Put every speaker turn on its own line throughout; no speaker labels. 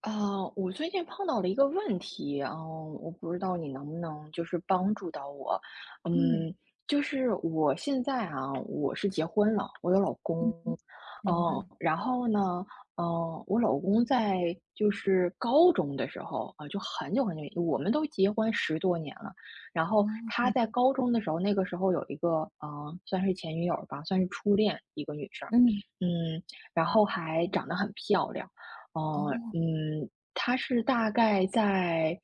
啊，我最近碰到了一个问题，我不知道你能不能就是帮助到我。
嗯，
嗯，就是我现在啊，我是结婚了，我有老
嗯
公，
哼，
嗯，
明白。
然后呢，我老公在就是高中的时候啊，就很久很久我们都结婚10多年了。然
哦，
后
这
他
样
在高中的时候，那个时候有一个，算是前女友吧，算是初恋一个女生，
嗯，
嗯，然后还长得很漂亮。哦，
哦，
他是大概在，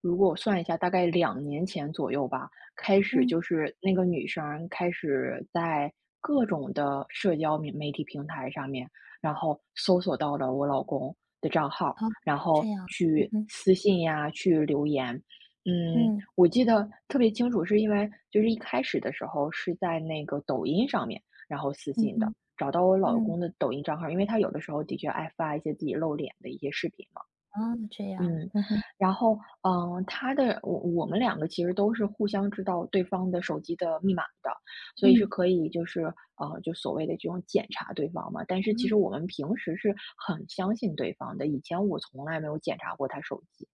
如果我算一下，大概2年前左右吧，开始就
嗯，
是那个女生儿开始在各种的社交媒体平台上面，然后搜索到了我老公的账号，
哦，
然
这
后
样，嗯
去
哼，
私信呀，去留言。
嗯，
我记得特别清楚，是因为就是一开始的时候是在那个抖音上面，然后私
嗯
信的。
哼，
找到我老
嗯，
公的抖音账号，因为他有的时候的确爱发一些自己露脸的一些视频。
哦，这样，
嗯，
嗯哼，
然后，他的我们两个其实都是互相知道对方的手机的密码的，所以是
嗯，
可以就是就所谓的这种检查对方嘛。但是其
嗯，
实我们平时是很相信对方的，以前我从来没有检查过他手机。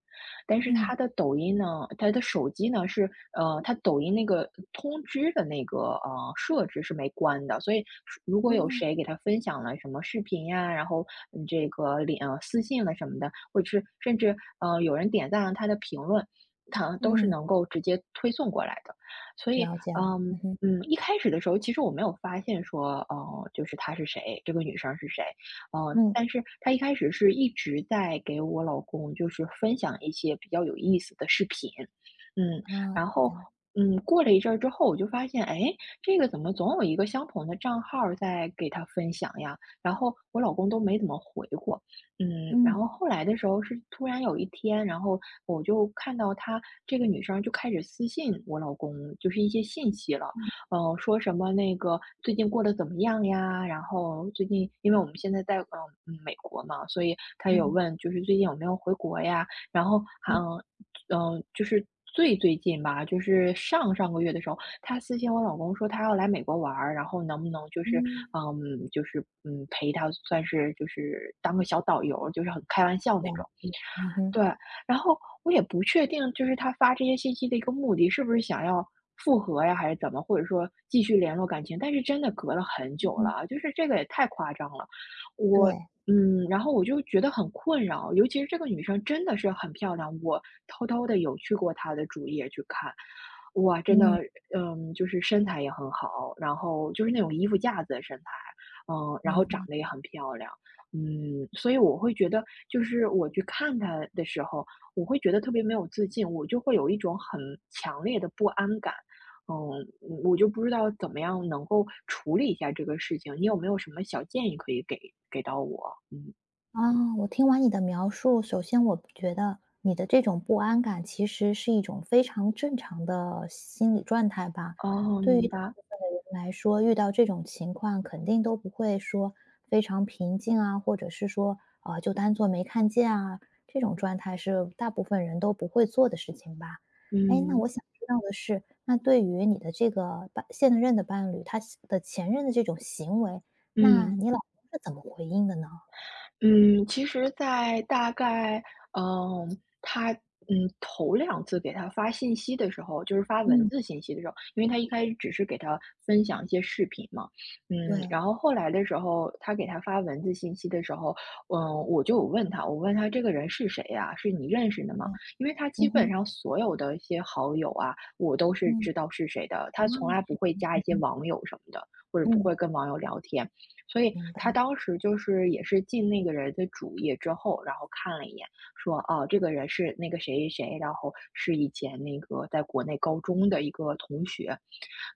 但是
嗯，
他的抖音呢，他的手机呢是他抖音那个通知的那个设置是没关的，所以如果有
哦，
谁给他分享了什么视频呀，然后这个私信了什么的。或者是甚至有人点赞了他的评论，它都是
嗯，
能够直接推送过来的。所以，
了解了，嗯哼，
一开始的时候，其实我没有发现说，就是她是谁，这个女生是谁，
嗯，
但是她一开始是一直在给我老公就是分享一些比较有意思的视频，嗯，
哦，
然
这
后。
样，
过了一阵儿之后，我就发现，哎，这个怎么总有一个相同的账号儿在给他分享呀？然后我老公都没怎么回过，然
嗯，
后后来的时候是突然有一天，然后我就看到她这个女生就开始私信我老公，就是一些信息了，
嗯，
说什么那个最近过得怎么样呀？然后最近因为我们现在在美国嘛，所以她
对，
有问就是最近有没有回国呀？然后还
嗯，
就是最近吧，就是上上个月的时候，他私信我老公说他要来美国玩儿，然后能不能就是，
嗯，
就是，陪他算是就是当个小导游，就是很开玩笑那
了
种。
解，嗯哼，
对，然后我也不确定，就是他发这些信息的一个目的，是不是想要复合呀，还是怎么？或者说继续联络感情？但是真的隔了很
嗯
久了
哼，
啊就是这个也太夸张了。我
对，
然后我就觉得很困扰，尤其是这个女生真的是很漂亮，我偷偷的有去过她的主页去看，哇，真
嗯，
的，就是身材也很好，然后就是那种衣服架子的身材，然后
明白。
长得也很漂亮，所以我会觉得就是我去看他的时候，我会觉得特别没有自信，我就会有一种很强烈的不安感。嗯我就不知道怎么样能够处理一下这个事情。你有没有什么小建议可以给到我？嗯，
啊，我听完你的描述，首先我觉得你的这种不安感其实是一种非常正常的心理状态吧。
哦，
对于
明
大
白。
部分的人来说，遇到这种情况肯定都不会说非常平静啊，或者是说啊就当做没看见啊，这种状态是大部分人都不会做的事情吧。哎，那我
嗯
想知道的是，那对于你的这个现任的伴侣，他的前任的这种行为，那
嗯。
你老公是怎么回应的呢？
嗯，其实在大概，他，头2次给他发信息的时候，就是发文
嗯
字信息的时候，因为他一开始只是给他分享一些视频嘛，
对
然后后来的时候，他给他发文字信息的时候，我就有问他，我问他这个人是谁呀？是你认识的吗？
对，
因为他基
嗯
本
哼，
上所有的一些好友啊，我都是
嗯，
知道是谁的，他从来不
哦，
会加一些网友什么的，或者不
嗯，
会跟网友聊天。所以
明白，
他当时就是也是进那个人的主页之后，然后看了一眼，说哦，这个人是那个谁谁谁，然后是以前那个在国内高中的一个同学，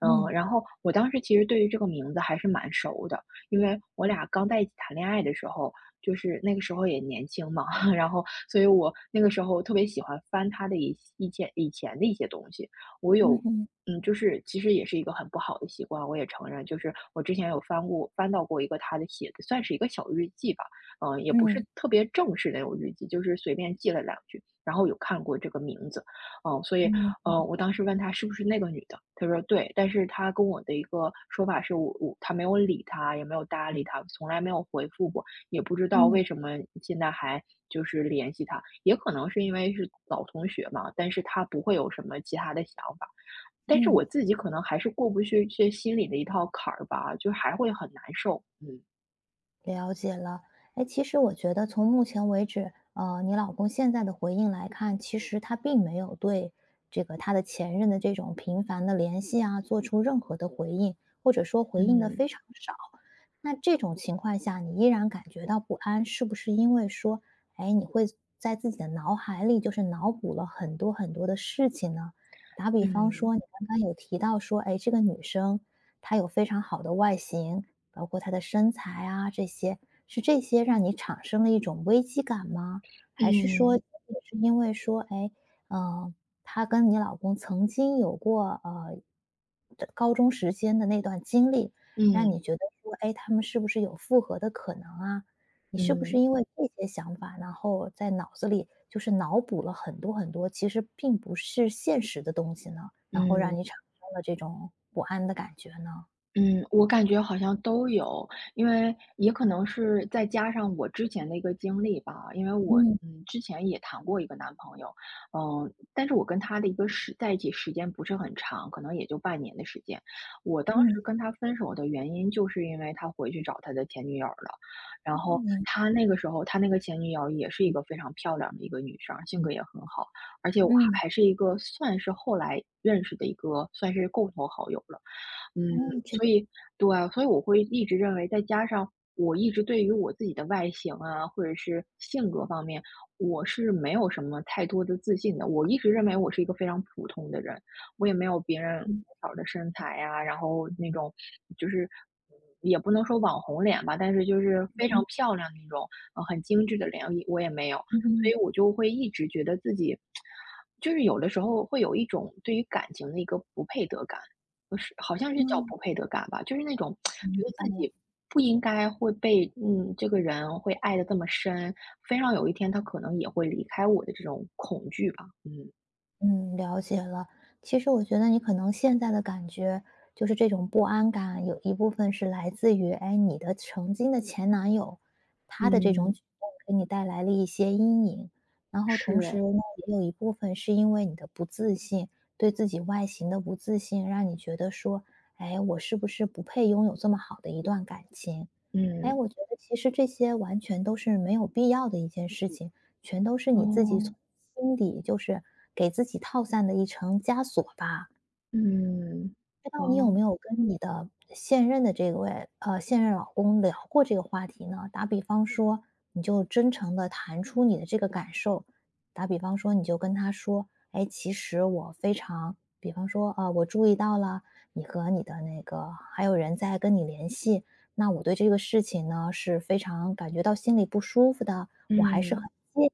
然后我当时其实对于这个名字还是蛮熟的，因为我俩刚在一起谈恋爱的时候，就是那个时候也年轻嘛，然后所以我那个时候特别喜欢翻他的一些以前的一些东西，我
嗯
有。
哼，
就是其实也是一个很不好的习惯，我也承认，就是我之前有翻到过一个他的写的，算是一个小日记吧，也不
嗯，
是特别正式那种日记，就是随便记了两句，然后有看过这个名字，所以，
嗯，
我当时问他是不是那个女的，他说对，但是他跟我的一个说法是他没有理他，也没有搭理他，从来没有回复过，也不知道
嗯，
为
嗯。
什么现在还就是联系他，也可能是因为是老同学嘛，但是他不会有什么其他的想法，但是
嗯
我自己可能还是过不去这心里的一套坎儿吧，就还会很难受，嗯。
了解了，哎，其实我觉得从目前为止，你老公现在的回应来看，其实他并没有对这个他的前任的这种频繁的联系啊，做出任何的回应，或者说回应的
嗯
非常少。那这种情况下，你依然感觉到不安，是不是因为说，哎，你会在自己的脑海里就是脑补了很多很多的事情呢？打比方
嗯
说，你刚刚有提到说，哎，这个女生他有非常好的外形，包括他的身材啊这些，是这些让你产生了一种危机感吗？
嗯
还是说
嗯
是因为说，哎，呃，他跟你老公曾经有过，高中时间的那段经历，
嗯
让
嗯。
你觉得说，哎，他们是不是有复合的可能啊？你是不是
嗯
因为这些想法，然后在脑子里就是脑补了很多很多，其实并不是现实的东西呢，然后让
嗯
你产生了这种不安的感觉呢？
嗯，我感觉好像都有，因为也可能是再加上我之前的一个经历吧，因为我
嗯，
之前也谈过一个男朋友，但是我跟他的一个时在一起时间不是很长，可能也就半年的时间。我当时
嗯，
跟他分手的原因就是因为他回去找他的前女友了，然
嗯，
后
明白
他那个时候他那个前女友也是一个非常漂亮的一个女生，性格也很好，而且我
嗯，
还还是一个算是后来认识的一个算是共同好友了。嗯，
哦，确
所以对啊，所以我会一直认为再加上我一直对于我自己的外形啊，或者是性格方面，我是没有什么太多的自信的。我一直认为我是一个非常普通的人，我也没有别人
嗯
好的身材呀，然后那种就是也不能说网红脸吧，但是就是非常
嗯
漂亮那种，很精致的脸，我也没有。
嗯嗯
所
嗯，
以我就会一直觉得自己，就是有的时候会有一种对于感情的一个不配得感。不是，好像
哦，
是叫不配得感吧，就是那种觉
明
得自己
白。
不应该会被这个人会爱的这么深，非常有一天他可能也会离开我的这种恐惧吧。嗯。
嗯，了解了。其实我觉得你可能现在的感觉就是这种不安感，有一部分是来自于，哎，你的曾经的前男友，他的这种
嗯，
举动给你带来了一些阴影，然后
是，
同时呢，也有一部分是因为你的不自信，对自己外形的不自信，让你觉得说，哎，我是不是不配拥有这么好的一段感情？哎，
嗯，
我觉得其实这些完全都是没有必要的一件事情，全都是你自己从
哦，
心底，就是给自己套上的一层枷锁吧。
嗯，
不知道你有
哦。
没有跟你的现任的这位现任老公聊过这个话题呢？打比方说，你就真诚的谈出你的这个感受，打比方说，你就跟他说：“哎，其实我非常”比方说，我注意到了你和你的那个还有人在跟你联系，那我对这个事情呢，是非常感觉到心里不舒服的，我还是很
嗯。
介意的。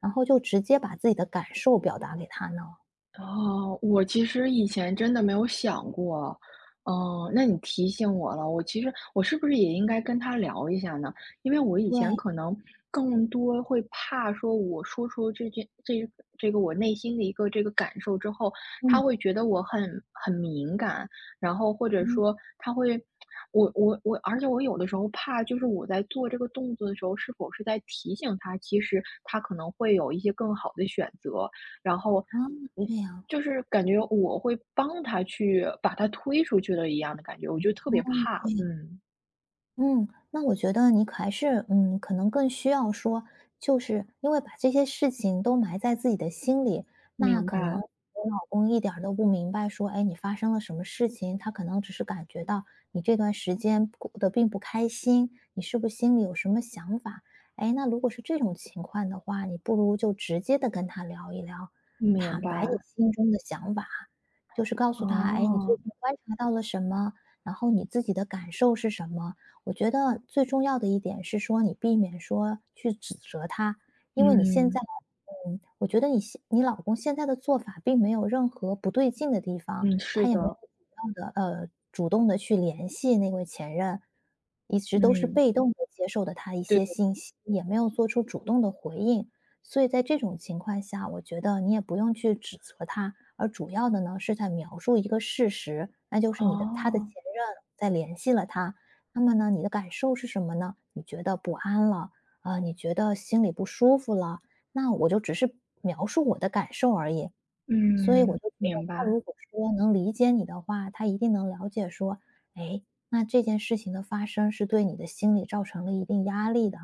然后就直接把自己的感受表达给他呢。
哦，我其实以前真的没有想过，嗯，那你提醒我了，我其实是不是也应该跟他聊一下呢？因为我以
对，
前可能更多会怕说，我说出这件这这个我内心的一个这个感受之后，他
嗯，
会觉得我很敏感，然后或者
嗯，
说他会，我我我，而且我有的时候怕，就是我在做这个动作的时候，是否是在提醒他，其实他可能会有一些更好的选择，然后。
啊，
嗯
这样，
就是感觉我会帮他去把他推出去了一样的感觉，我就特别怕，
嗯，那我觉得你还是，嗯，可能更需要说，就是因为把这些事情都埋在自己的心里，那
明
可能
白，
你老公一点儿都不明白说，哎，你发生了什么事情，他可能只是感觉到你这段时间过得并不开心，你是不是心里有什么想法？哎，那如果是这种情况的话，你不如就直接的跟他聊一聊，
明
坦白
白，
你心中的想法，就是告诉他，哎，你最
哦，
近观察到了什么，然后你自己的感受是什么。我觉得最重要的一点是说，你避免说去指责他，因为你现在，
嗯，
嗯，我觉得你老公现在的做法并没有任何不对劲的地方，
嗯，是
他也没有
的，
主动的主动的去联系那位前任，一直都是
嗯，
被动的接受的他一
对，
些信息，也没有做出主动的回应。所以在这种情况下，我觉得你也不用去指责他，而主要的呢是在描述一个事实，那就是他的前
哦，
任在联系了他，那么呢，你的感受是什么呢？你觉得不安了啊、你觉得心里不舒服了，那我就只是描述我的感受而已。所以我
嗯，
就觉得
明
他
白，
如果说能理解你的话，他一定能了解说，哎，那这件事情的发生是对你的心理造成了一定压力的，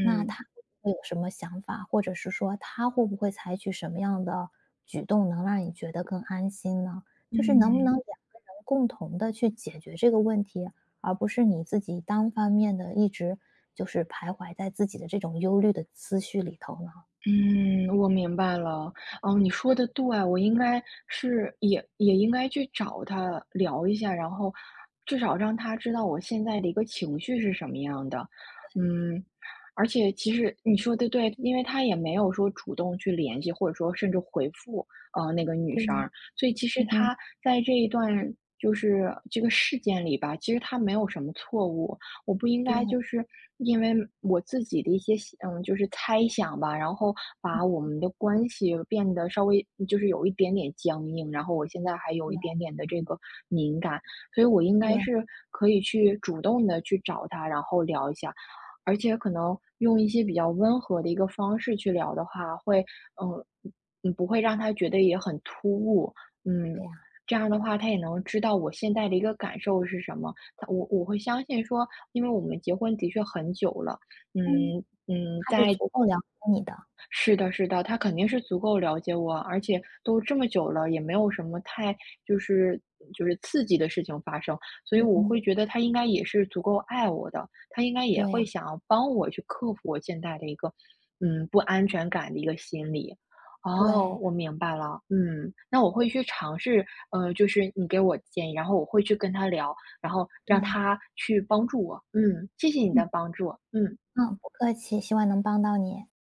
那他会不会有什么想法，或者是说他会不会采取什么样的举动能让你觉得更安心呢？就是能不能
嗯。
两个人共同的去解决这个问题，而不是你自己单方面的一直就是徘徊在自己的这种忧虑的思绪里头呢？
嗯，我明白了。哦，你说的对，我应该也应该去找他聊一下，然后至少让他知道我现在的一个情绪是什么样的。嗯，而且其实你说的对，因为他也没有说主动去联系，或者说甚至回复那个女
对
生
呀，
儿所以其实
嗯哼，
他在这一段就是这个事件里吧，其实他没有什么错误。我不应
对，
该就是因为我自己的一些就是猜想吧，然后把我们的关系变得稍微就是有一点点僵硬，然后我现在还
对，
有一点点的这个敏感，所以我应该
对，
是可以去主动的去找他，然后聊一下，而且可能用一些比较温和的一个方式去聊的话，会嗯不会让他觉得也很突兀，嗯。
对呀。
这样的话，他也能知道我现在的一个感受是什么，我会相信说，因为我们结婚的确很久了，
嗯，
嗯嗯，
他是足够了解你的。
是的，是的，他肯定是足够了解我，而且都这么久了，也没有什么太就是就是刺激的事情发生，所以
嗯
我会
嗯，
觉得他应该也是足够爱我的，他应该也
对呀，
会想要帮我去克服我现在的一个不安全感的一个心理。哦，
对，
我明白了，嗯，那我会去尝试，就是你给我建议，然后我会去跟他聊，然后让
对，
他去帮助我，嗯，谢谢你
嗯，
的帮助，嗯。
嗯，不客气，希望能帮到你。